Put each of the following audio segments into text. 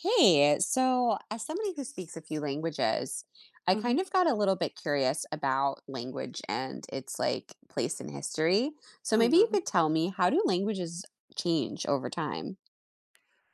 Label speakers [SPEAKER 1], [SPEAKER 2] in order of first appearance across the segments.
[SPEAKER 1] Hey, so as somebody who speaks a few languages, I
[SPEAKER 2] Hmm.
[SPEAKER 1] kind of got a little bit curious about language and its like place in history. So maybe you
[SPEAKER 2] Hmm.
[SPEAKER 1] could tell me, how do languages change over time?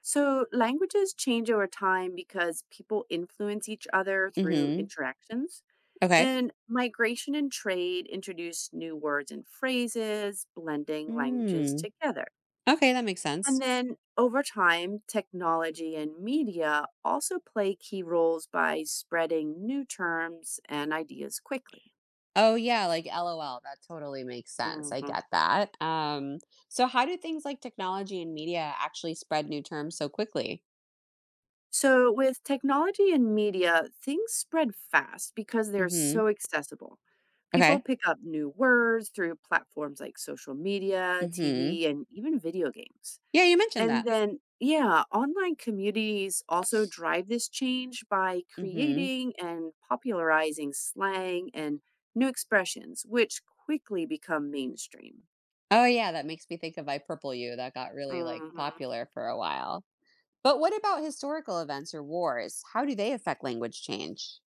[SPEAKER 2] So languages change over time because people influence each other through
[SPEAKER 1] Mm-hmm.
[SPEAKER 2] interactions.
[SPEAKER 1] Okay.
[SPEAKER 2] And migration and trade introduce new words and phrases, blending languages
[SPEAKER 1] Mm.
[SPEAKER 2] together.
[SPEAKER 1] Okay, that makes
[SPEAKER 2] And
[SPEAKER 1] sense.
[SPEAKER 2] then over time, technology and media also play key roles by spreading new terms and ideas quickly.
[SPEAKER 1] Oh yeah, like LOL, that totally makes sense. I
[SPEAKER 2] Hmm.
[SPEAKER 1] get that. So how do things like technology and media actually spread new terms so quickly?
[SPEAKER 2] So, with technology and media, things spread fast because they're
[SPEAKER 1] Mm-hmm.
[SPEAKER 2] so accessible. People
[SPEAKER 1] Okay.
[SPEAKER 2] pick up new words through platforms like social media,
[SPEAKER 1] Mm-hmm.
[SPEAKER 2] TV, and even video games.
[SPEAKER 1] Yeah, you mentioned
[SPEAKER 2] And
[SPEAKER 1] that.
[SPEAKER 2] then, yeah, online communities also drive this change by
[SPEAKER 1] Mm-hmm.
[SPEAKER 2] creating and popularizing slang and new expressions, which quickly become mainstream.
[SPEAKER 1] Oh, yeah, that makes me think of "I Purple You" that got really, like,
[SPEAKER 2] Mhm.
[SPEAKER 1] popular for a while. But what about historical events or wars? How do they affect language change?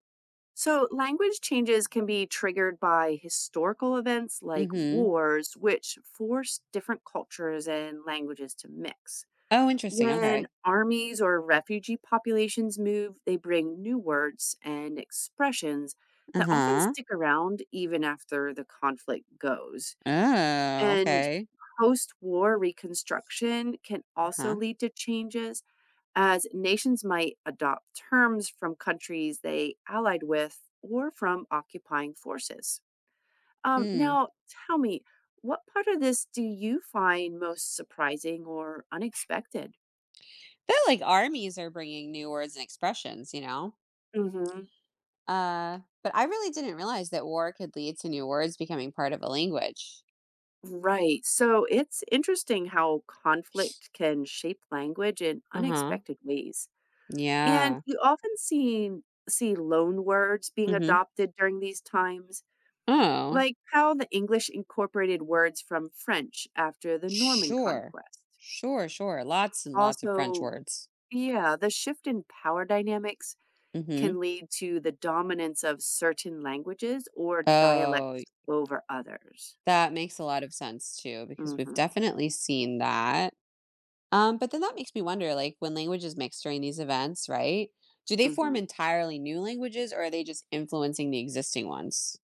[SPEAKER 2] So, language changes can be triggered by historical events like
[SPEAKER 1] Mhm.
[SPEAKER 2] wars, which force different cultures and languages to mix.
[SPEAKER 1] Oh, interesting,
[SPEAKER 2] When
[SPEAKER 1] okay.
[SPEAKER 2] armies or refugee populations move, they bring new words and expressions that often
[SPEAKER 1] Uh-huh.
[SPEAKER 2] stick around even after the conflict goes.
[SPEAKER 1] Oh,
[SPEAKER 2] And
[SPEAKER 1] okay.
[SPEAKER 2] post war reconstruction can also
[SPEAKER 1] Uh-huh.
[SPEAKER 2] lead to changes as nations might adopt terms from countries they allied with or from occupying forces.
[SPEAKER 1] Hmm.
[SPEAKER 2] Now, tell me, what part of this do you find most surprising or unexpected?
[SPEAKER 1] They're like armies are bringing new words and expressions,
[SPEAKER 2] Hmm.
[SPEAKER 1] But I really didn't realize that war could lead to new words becoming part of a language.
[SPEAKER 2] Right. So it's interesting how conflict can shape language in
[SPEAKER 1] Uh-huh.
[SPEAKER 2] unexpected ways. And
[SPEAKER 1] Yeah.
[SPEAKER 2] you often see loan words being
[SPEAKER 1] Mhm.
[SPEAKER 2] adopted during these times,
[SPEAKER 1] Oh,
[SPEAKER 2] like how the English incorporated words from French after the Norman
[SPEAKER 1] sure.
[SPEAKER 2] conquest.
[SPEAKER 1] Sure, sure, lots and lots of French
[SPEAKER 2] Also,
[SPEAKER 1] words.
[SPEAKER 2] yeah, the shift in power dynamics can
[SPEAKER 1] Mhm.
[SPEAKER 2] lead to the dominance of certain languages or
[SPEAKER 1] Oh,
[SPEAKER 2] dialects over others.
[SPEAKER 1] that makes a lot of sense too, because we've
[SPEAKER 2] Hmm.
[SPEAKER 1] definitely seen that. But then that makes me wonder, like when languages mix during these events, right? Do they form
[SPEAKER 2] Hmm.
[SPEAKER 1] entirely new languages, or are they just influencing the existing ones?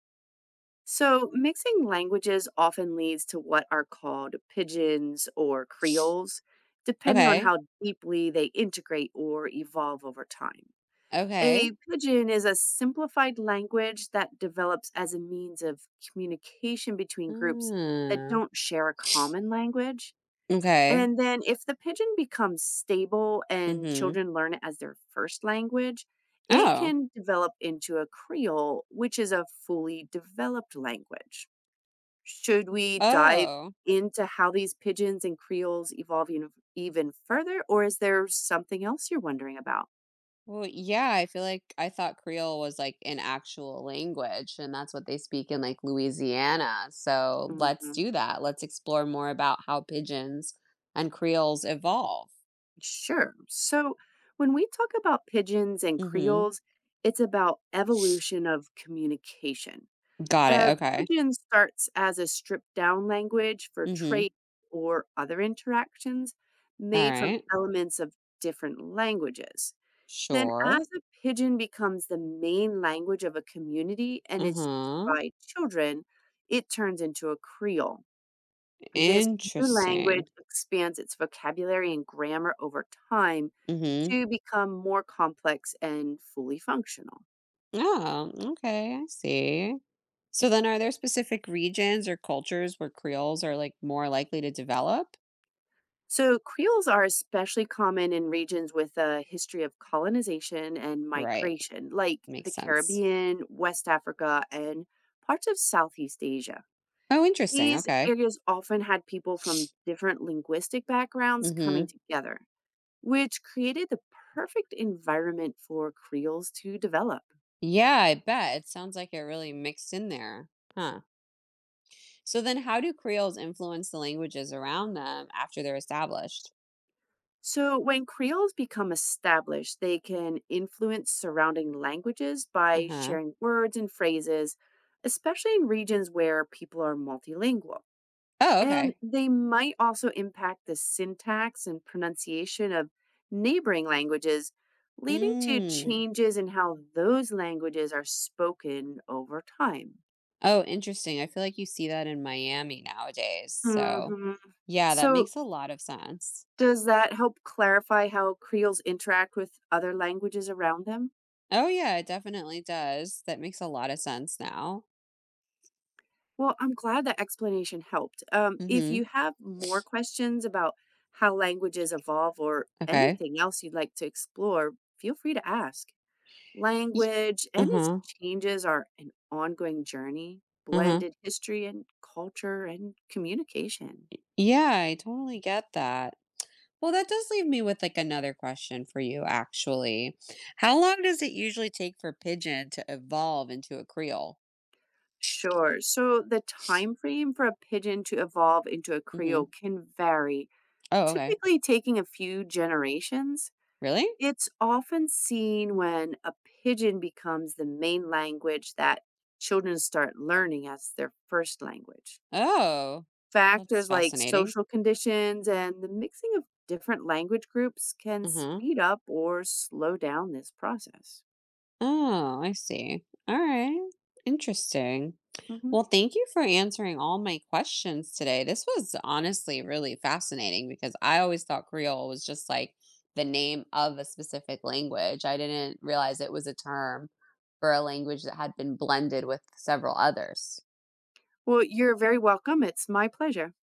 [SPEAKER 2] So, mixing languages often leads to what are called pidgins or creoles, depending on
[SPEAKER 1] Okay.
[SPEAKER 2] how deeply they integrate or evolve over time. A
[SPEAKER 1] Okay.
[SPEAKER 2] pidgin is a simplified language that develops as a means of communication between groups that
[SPEAKER 1] Mm.
[SPEAKER 2] don't share a common language.
[SPEAKER 1] Okay.
[SPEAKER 2] And then, if the pigeon becomes stable and
[SPEAKER 1] Mm-hmm.
[SPEAKER 2] children learn it as their first language, it
[SPEAKER 1] Oh.
[SPEAKER 2] can develop into a creole, which is a fully developed language. Should we dive
[SPEAKER 1] Oh.
[SPEAKER 2] into how these pigeons and creoles evolve even further, or is there something else you're wondering about?
[SPEAKER 1] Well, yeah, I feel like I thought Creole was like an actual language, and that's what they speak in like Louisiana. So let's
[SPEAKER 2] Mhm.
[SPEAKER 1] do that. Let's explore more about how pigeons and Creoles evolve.
[SPEAKER 2] Sure. So when we talk about pigeons and
[SPEAKER 1] Hmm.
[SPEAKER 2] creoles, it's about evolution of communication.
[SPEAKER 1] Got it.
[SPEAKER 2] Uh,
[SPEAKER 1] Okay.
[SPEAKER 2] Pigeon starts as a stripped down language for trade
[SPEAKER 1] Hmm.
[SPEAKER 2] or other interactions,
[SPEAKER 1] All
[SPEAKER 2] made from
[SPEAKER 1] right.
[SPEAKER 2] elements of different languages. Then,
[SPEAKER 1] Sure.
[SPEAKER 2] as a pigeon becomes the main language of a community and is used
[SPEAKER 1] Uh-huh.
[SPEAKER 2] by children, it turns into a creole. This new language
[SPEAKER 1] Interesting.
[SPEAKER 2] expands its vocabulary and grammar over time
[SPEAKER 1] Mm-hmm.
[SPEAKER 2] to become more complex and fully functional.
[SPEAKER 1] Oh, okay. I see. So then are there specific regions or cultures where Creoles are like more likely to develop?
[SPEAKER 2] So, creoles are especially common in regions with a history of colonization and
[SPEAKER 1] Right.
[SPEAKER 2] migration, like the
[SPEAKER 1] Makes sense.
[SPEAKER 2] Caribbean, West Africa, and parts of Southeast Asia.
[SPEAKER 1] Oh, interesting.
[SPEAKER 2] These
[SPEAKER 1] Okay.
[SPEAKER 2] areas often had people from different linguistic backgrounds coming
[SPEAKER 1] Mhm.
[SPEAKER 2] together, which created the perfect environment for creoles to develop.
[SPEAKER 1] Yeah, I bet. It sounds like it really mixed in there. Huh. So then how do Creoles influence the languages around them after they're established?
[SPEAKER 2] So, when Creoles become established, they can influence surrounding languages by
[SPEAKER 1] Uh-huh.
[SPEAKER 2] sharing words and phrases, especially in regions where people are multilingual.
[SPEAKER 1] Oh,
[SPEAKER 2] And
[SPEAKER 1] okay.
[SPEAKER 2] they might also impact the syntax and pronunciation of neighboring languages, leading to
[SPEAKER 1] Mm.
[SPEAKER 2] changes in how those languages are spoken over time.
[SPEAKER 1] Oh, interesting. I feel like you see that in Miami nowadays. So,
[SPEAKER 2] Hmm.
[SPEAKER 1] yeah, that
[SPEAKER 2] So,
[SPEAKER 1] makes a lot of sense.
[SPEAKER 2] does that help clarify how Creoles interact with other languages around them?
[SPEAKER 1] Oh, yeah, it definitely does. That makes a lot of sense now.
[SPEAKER 2] Well, I'm glad that explanation helped. If you
[SPEAKER 1] Mhm.
[SPEAKER 2] have more questions about how languages evolve or
[SPEAKER 1] Okay.
[SPEAKER 2] anything else you'd like to explore, feel free to ask.
[SPEAKER 1] Y-
[SPEAKER 2] Language and its
[SPEAKER 1] Uh-huh.
[SPEAKER 2] changes are an ongoing journey,
[SPEAKER 1] Uh-huh.
[SPEAKER 2] blended history and culture and communication.
[SPEAKER 1] Yeah, I totally get that. Well, that does leave me with like another question for you, actually. How long does it usually take for pigeon to evolve into a creole?
[SPEAKER 2] Sure. So the time frame for a pigeon to evolve into a creole
[SPEAKER 1] Hmm.
[SPEAKER 2] can vary,
[SPEAKER 1] Oh, okay.
[SPEAKER 2] typically taking a few generations.
[SPEAKER 1] Really?
[SPEAKER 2] It's often seen when a pidgin becomes the main language that children start learning as their first language.
[SPEAKER 1] Oh, that's
[SPEAKER 2] Factors like
[SPEAKER 1] fascinating.
[SPEAKER 2] social conditions and the mixing of different language groups can
[SPEAKER 1] Uh huh.
[SPEAKER 2] speed up or slow down this process.
[SPEAKER 1] Oh, I see. All right. Interesting.
[SPEAKER 2] Mhm.
[SPEAKER 1] Well, thank you for answering all my questions today. This was honestly really fascinating because I always thought Creole was just like the name of a specific language. I didn't realize it was a term for a language that had been blended with several others.
[SPEAKER 2] Well, you're very welcome. It's my pleasure.